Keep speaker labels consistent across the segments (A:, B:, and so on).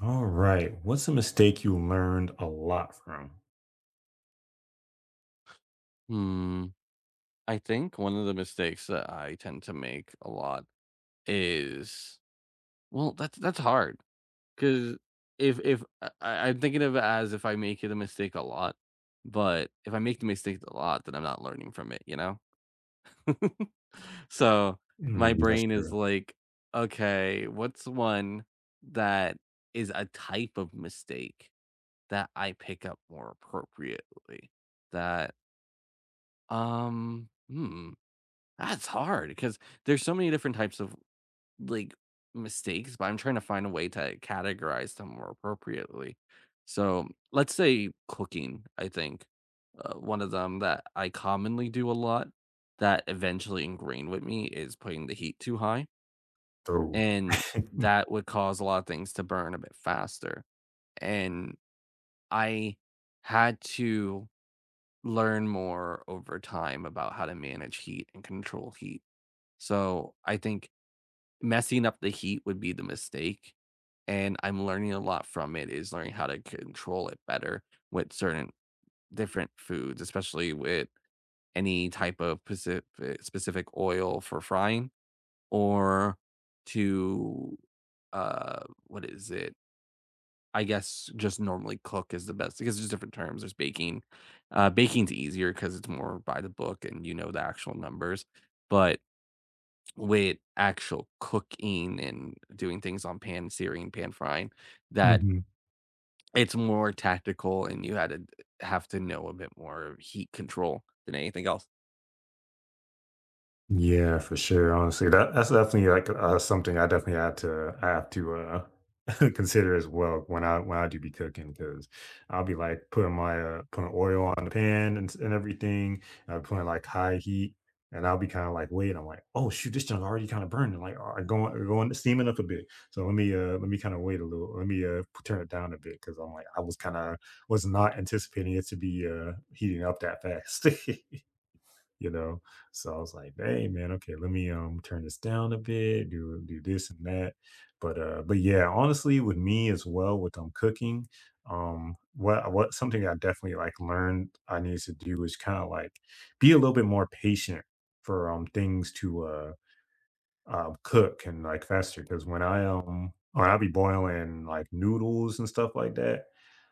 A: All right. What's a mistake you learned a lot from?
B: Hmm, I think one of the mistakes that I tend to make a lot is, well, that's hard because if I, I- I'm thinking of it as, if I make it a mistake a lot, but if I make the mistake a lot, then I'm not learning from it, So my
A: Mm, that's
B: brain
A: your
B: is like, okay, what's one that is a type of mistake that I pick up more appropriately? That, um, hmm. that's hard because there's so many different types of, like, mistakes, but I'm trying to find a way to categorize them more appropriately. So let's say cooking, I think one of them that I commonly do a lot, that eventually ingrained with me, is putting the heat too high.
A: throw.
B: And that would cause a lot of things to burn a bit faster. And I had to learn more over time about how to manage heat and control heat. So I think messing up the heat would be the mistake, and I'm learning a lot from it, is learning how to control it better with certain different foods, especially with any type of specific oil for frying, or to, what is it? I guess just normally cook is the best, because there's different terms, there's baking. Baking's easier because it's more by the book and you know the actual numbers, but with actual cooking and doing things on pan searing, pan frying, that
A: Mhm.
B: it's more tactical and you had to have to know a bit more heat control than anything else.
A: Yeah, for sure. Honestly, that's definitely like something I definitely had to I have to consider as well when I do be cooking because I'll be like putting my putting oil on the pan and and everything, and putting like high heat, and I'll be kind of like wait, I'm like oh shoot, this junk already kind of burning. Like I going steaming up a bit. So let me kind of wait a little. Let me turn it down a bit because I was kind of was not anticipating it to be heating up that fast. you know. So I was like, "Hey, man, okay, let me turn this down a bit, do this and that." But yeah, honestly, with me as well, with cooking, what something I definitely like learned I need to do is kind of like be a little bit more patient for things to cook and, like, faster because when or I'll be boiling, like, noodles and stuff like that,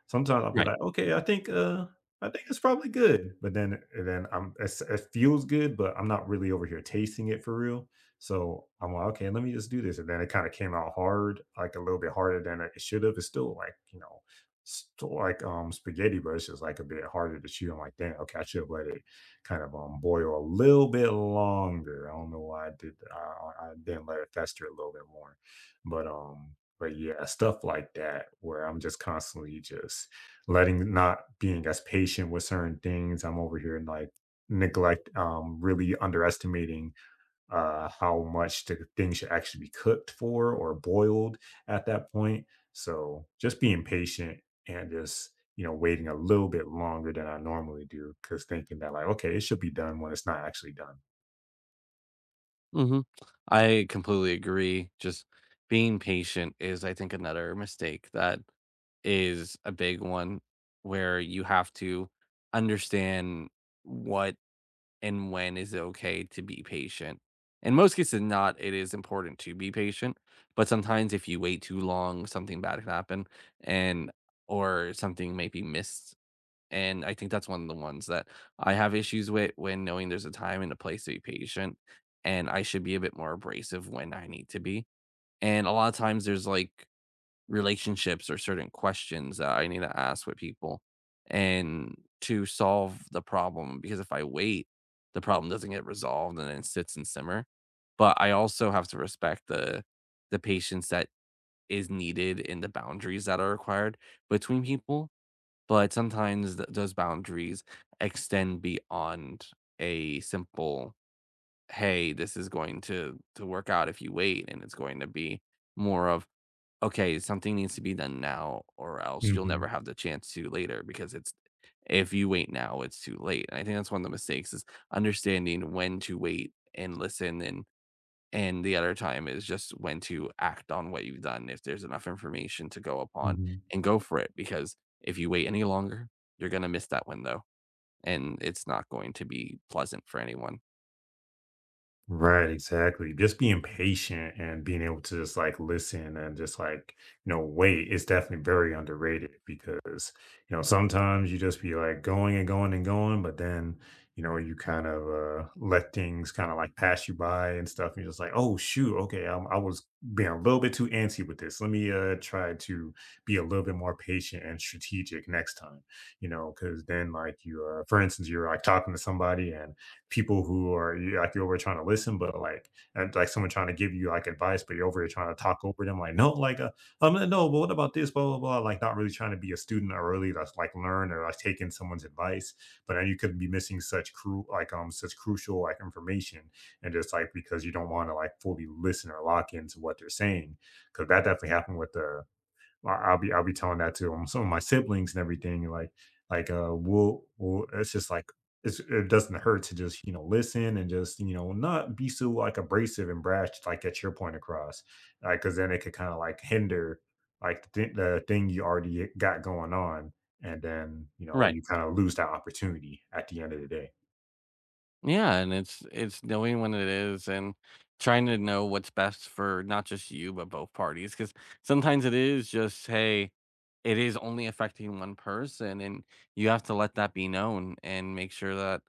A: sometimes I'll be
B: Right.
A: like, "Okay, I think it's probably good," but then I'm it's it feels good, but I'm not really over here tasting it for real, so I'm like, "Okay, let me just do this," and then it kinda came out hard, like, a little bit harder than it should've. It's still, like, you know, still like, spaghetti, but it's just, like, a bit harder to chew. I'm like, damn, okay, I should've let it kind of boil a little bit longer. I don't know why I did. I didn't let it fester a little bit more, but yeah, stuff like that where I'm just constantly just letting not being as patient with certain things. I'm over here and like neglect, really underestimating how much the thing should actually be cooked for or boiled at that point. So just being patient and just you know waiting a little bit longer than I normally do because thinking that like okay it should be done when it's not actually done.
B: Mhm. I completely agree. Just being patient is, I think, another mistake that is a big one, where you have to understand what and when is it okay to be patient? In most cases, not, it is important to be patient, but sometimes if you wait too long, something bad can happen, and or something may be missed. And I think that's one of the ones that I have issues with, when knowing there's a time and a place to be patient, and I should be a bit more abrasive when I need to be. And a lot of times there's like relationships or certain questions that I need to ask with people, and to solve the problem, because if I wait, the problem doesn't get resolved and it sits and simmer. But I also have to respect the patience that is needed and the boundaries that are required between people. But sometimes those boundaries extend beyond a simple, hey, this is going to work out if you wait, and it's going to be more of, okay, something needs to be done now, or else you'll
A: hmm
B: never have the chance to later, because it's if you wait now, it's too late. And I think that's one of the mistakes, is understanding when to wait and listen, and the other time is just when to act on what you've done, if there's enough information to go upon
A: hmm
B: and go for it, because if you wait any longer, you're going to miss that window, and it's not going to be pleasant for anyone.
A: Right, exactly. Just being patient and being able to just like listen and just like, you know, wait is definitely very underrated because, you know, sometimes you just be like going and going and going, but then, you know, you kind of let things kind of like pass you by and stuff. And you're just like, oh, shoot, okay, I was being a little bit too antsy with this. Let me try to be a little bit more patient and strategic next time, you know, because then, like, for instance, you're like talking to somebody and people who are you like you're over trying to listen, but like and like someone trying to give you like advice, but you're over here trying to talk over them. Like no, but what about this? Blah blah blah. Like, not really trying to be a student or really like, learn or like taking someone's advice. But then you could be missing such cru like such crucial like information, and just like because you don't want to like fully listen or lock into what they're saying, because that definitely happened with the I'll be telling that to 'em some of my siblings and everything, and, we'll it's just like it's it doesn't hurt to just, you know, listen and just, you know, not be so, like, abrasive and brash to, like, get your point across, like because then it could kinda, like, hinder, like, the thing you already got going on, and then, you know,
B: Right.
A: you kinda lose that opportunity at the end of the day.
B: Yeah, and it's knowing when it is, and trying to know what's best for not just you but both parties, cuz sometimes it is just, hey, it is only affecting one person, and you have to let that be known and make sure that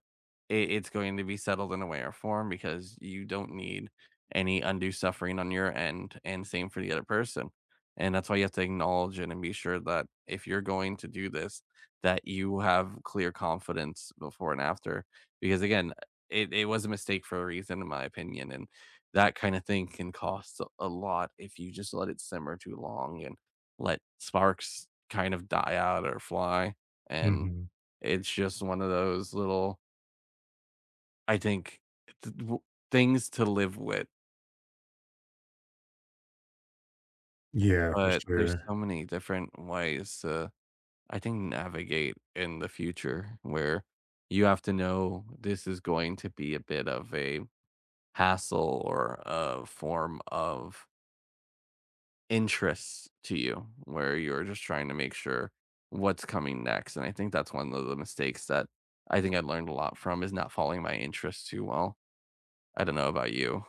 B: it's going to be settled in a way or form, because you don't need any undue suffering on your end, and same for the other person. And that's why you have to acknowledge it and be sure that if you're going to do this, that you have clear confidence before and after, because, again, it was a mistake for a reason, in my opinion, and that kinda thing can cost a lot if you just let it simmer too long and let sparks kind of die out or fly, and
A: Mhm.
B: it's just one of those little, I think, th w things to live with,
A: Yeah, for
B: but there's so
A: sure.
B: many different ways to, I think, navigate in the future, where you have to know this is going to be a bit of a hassle or a form of interests to you, where you're just trying to make sure what's coming next. And I think that's one of the mistakes that I think I learned a lot from is not following my interests too well. I don't know about you.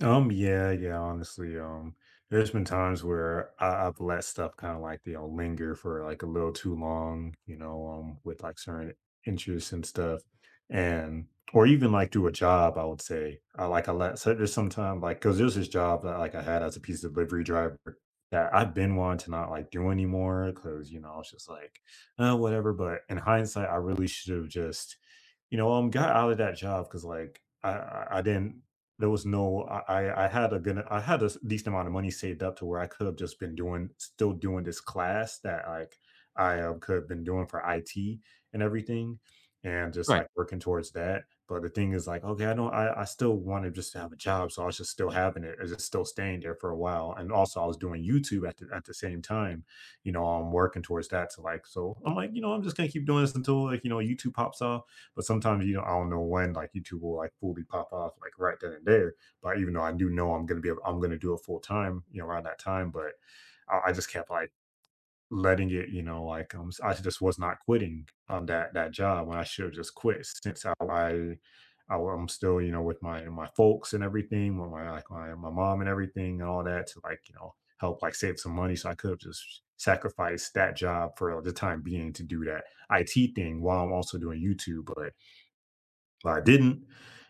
A: Yeah, yeah, honestly, there's been times where I've let stuff kind of like, you know, linger for like a little too long, you know, with like certain interests and stuff. And, or even like do a job, I would say. I like, I let, so there's sometimes like, cause there's this job that like I had as a pizza delivery driver that I've been wanting to not like do anymore. Cause, you know, I was just like, whatever. But in hindsight, I really should have just, you know, got out of that job because like I didn't there was no I had a good I had a decent amount of money saved up to where I could have just been doing still doing this class that like I could have been doing for IT and everything and just
B: Right,
A: like working towards that. But the thing is like, okay, I don't I still want to just to have a job. So I was just still having it. I just still staying there for a while. And also I was doing YouTube at the same time. You know, I'm working towards that to like so I'm like, you know, I'm just gonna keep doing this until like, you know, YouTube pops off but sometimes you know I don't know when like YouTube will like fully pop off like right then and there. But even though I do know I'm gonna do it full time, you know, around that time. But I just kept like letting it, you know, like I just was not quitting on that job when I should have just quit since I am still, you know, with my folks and everything, with my like my mom and everything and all that to like, you know, help like save some money. So I could have just sacrificed that job for the time being to do that IT thing while I'm also doing YouTube. But I didn't,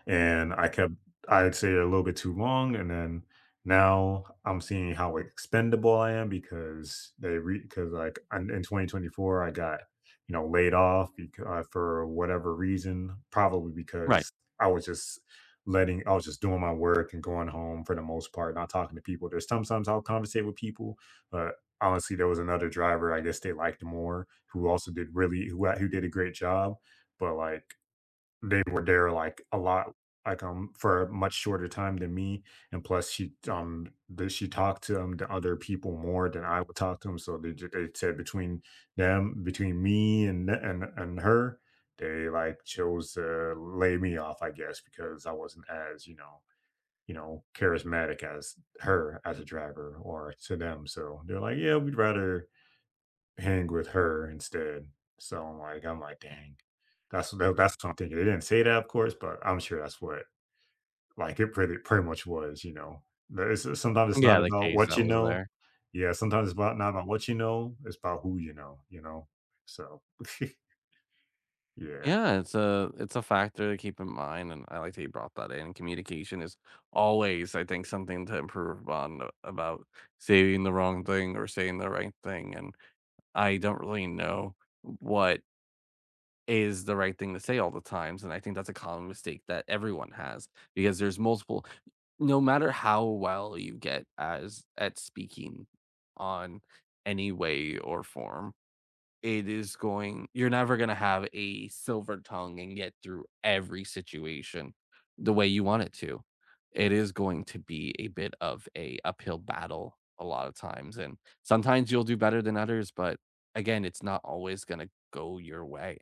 A: and I kept I'd say it a little bit too long, and then now I'm seeing how expendable I am because they re because like in 2024 I got you know laid off because for whatever reason, probably
B: right.
A: because I was just letting I was just doing my work and going home for the most part, not talking to people. There's sometimes I'll conversate with people, but honestly, there was another driver I guess they liked more who also did really who did a great job but like they were there, like, a lot like, for a much shorter time than me, and plus she talked to, the other people more than I would talk to them. So they said between them between me and the and her, they, like, chose to lay me off, I guess, because I wasn't as, you know, you know, charismatic as her as a driver or to them, so they're like, "Yeah, we'd rather hang with her instead." So I'm like, "Dang." That's what I'm thinking. They didn't say that, of course, but I'm sure that's what like, it pretty much was, you know? There is sometimes it's not
B: Yeah, the
A: about
B: case
A: what
B: that
A: you
B: was
A: know.
B: there.
A: Yeah, sometimes it's about not about what you know, it's about who you know, you know? So, yeah.
B: Yeah, it's a factor to keep in mind, and I like that you brought that in. Communication is always, I think, something to improve on, about saying the wrong thing or saying the right thing. And I don't really know what is the right thing to say all the times, and I think that's a common mistake that everyone has, because there's multiple, no matter how well you get as at speaking on any way or form, it is going you're never going to have a silver tongue and get through every situation the way you want it to. It is going to be a bit of a uphill battle a lot of times, and sometimes you'll do better than others, but, again, it's not always gonna go your way.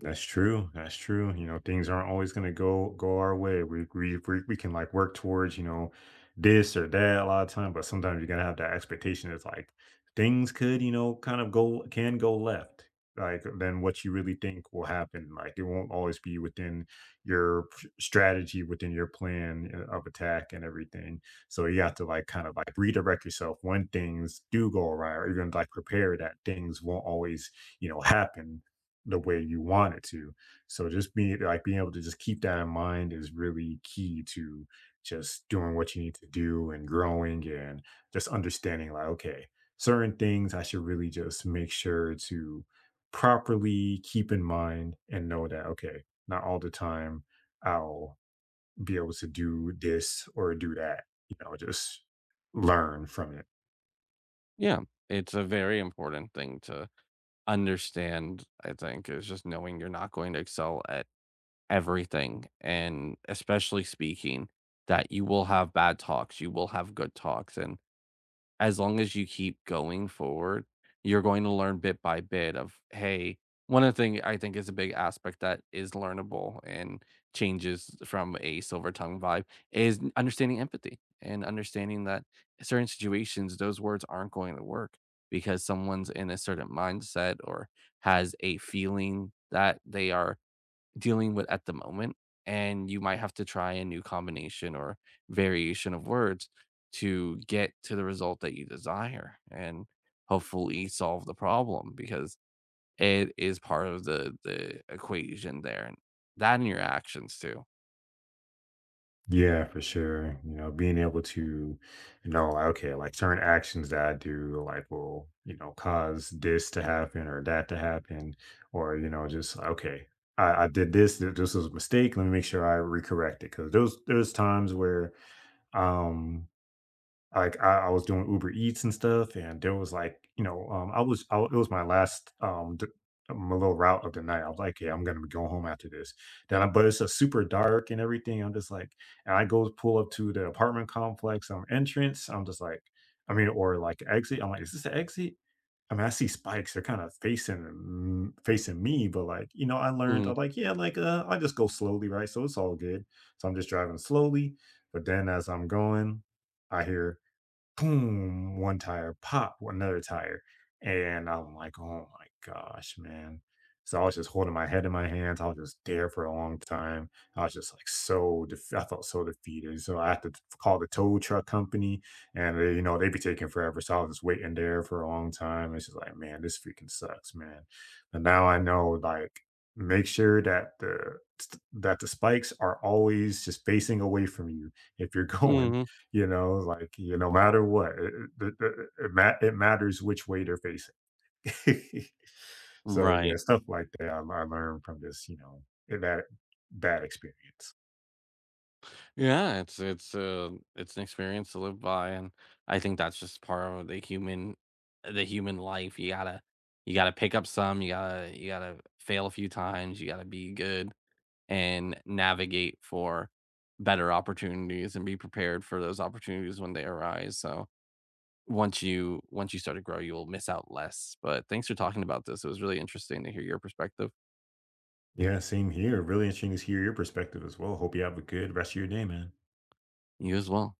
A: That's true. That's true. You know, things aren't always going to go our way. We can like work towards you know this or that a lot of time, but sometimes you're gonna have that expectation. It's like things could you know kind of go can go left like than what you really think will happen. Like it won't always be within your strategy, within your plan of attack and everything. So you have to like kind of like redirect yourself when things do go awry, or you're gonna like prepare that things won't always you know happen the way you want it to. So just being like being able to just keep that in mind is really key to just doing what you need to do and growing and just understanding like, okay, certain things I should really just make sure to properly keep in mind and know that, okay, not all the time I'll be able to do this or do that. You know, just learn from it.
B: Yeah, it's a very important thing to understand, I think, is just knowing you're not going to excel at everything, and especially speaking, that you will have bad talks, you will have good talks, and as long as you keep going forward, you're going to learn bit by bit of, hey, one of the thing I think is a big aspect that is learnable and changes from a silver tongue vibe is understanding empathy and understanding that certain situations, those words aren't going to work because someone's in a certain mindset or has a feeling that they are dealing with at the moment, and you might have to try a new combination or variation of words to get to the result that you desire, and hopefully solve the problem, because it is part of the equation there, and that in your actions too.
A: Yeah, for sure. You know, being able to know, like, okay, like certain actions that I do, like, will, you know, cause this to happen or that to happen, or, you know, just, okay, I did this, this was a mistake. Let me make sure I recorrect it. Cause those, there's times where, um, like, I was doing Uber Eats and stuff, and there was, like, you know, I was I it was my last, d my little route of the night. I was like, "Yeah, I'm gonna be going home after this." Then I but it's a super dark and everything. I'm just like and I go pull up to the apartment complex, entrance. I'm just like I mean, or, like, exit. I'm like, "Is this the exit?" I mean, I see spikes. They're kinda facing me, but, like, you know, I learned I'm like, "Yeah, like, I just go slowly, right? So it's all good." So I'm just driving slowly, but then as I'm going, I hear boom, one tire, pop, another tire. And I'm like, oh my gosh, man. So I was just holding my head in my hands. I was just there for a long time. I was just like so, I felt so defeated. So I had to call the tow truck company and they, you know, they'd be taking forever. So I was just waiting there for a long time. It's just like, man, this freaking sucks, man. But now I know, like, make sure that that the spikes are always just facing away from you if you're going
B: Mm-hmm.
A: you know, like, you no matter what, it it it ma it matters which way they're facing. So, yeah,
B: Right.
A: stuff like that I learned from this, you know, that bad experience.
B: Yeah, it's it's an experience to live by, and I think that's just part of the human life. You gotta pick up some, you gotta fail a few times, you gotta be good and navigate for better opportunities and be prepared for those opportunities when they arise. So once you start to grow, you'll miss out less. But thanks for talking about this. It was really interesting to hear your perspective.
A: Yeah, same here. Really interesting to hear your perspective as well. Hope you have a good rest of your day, man.
B: You as well.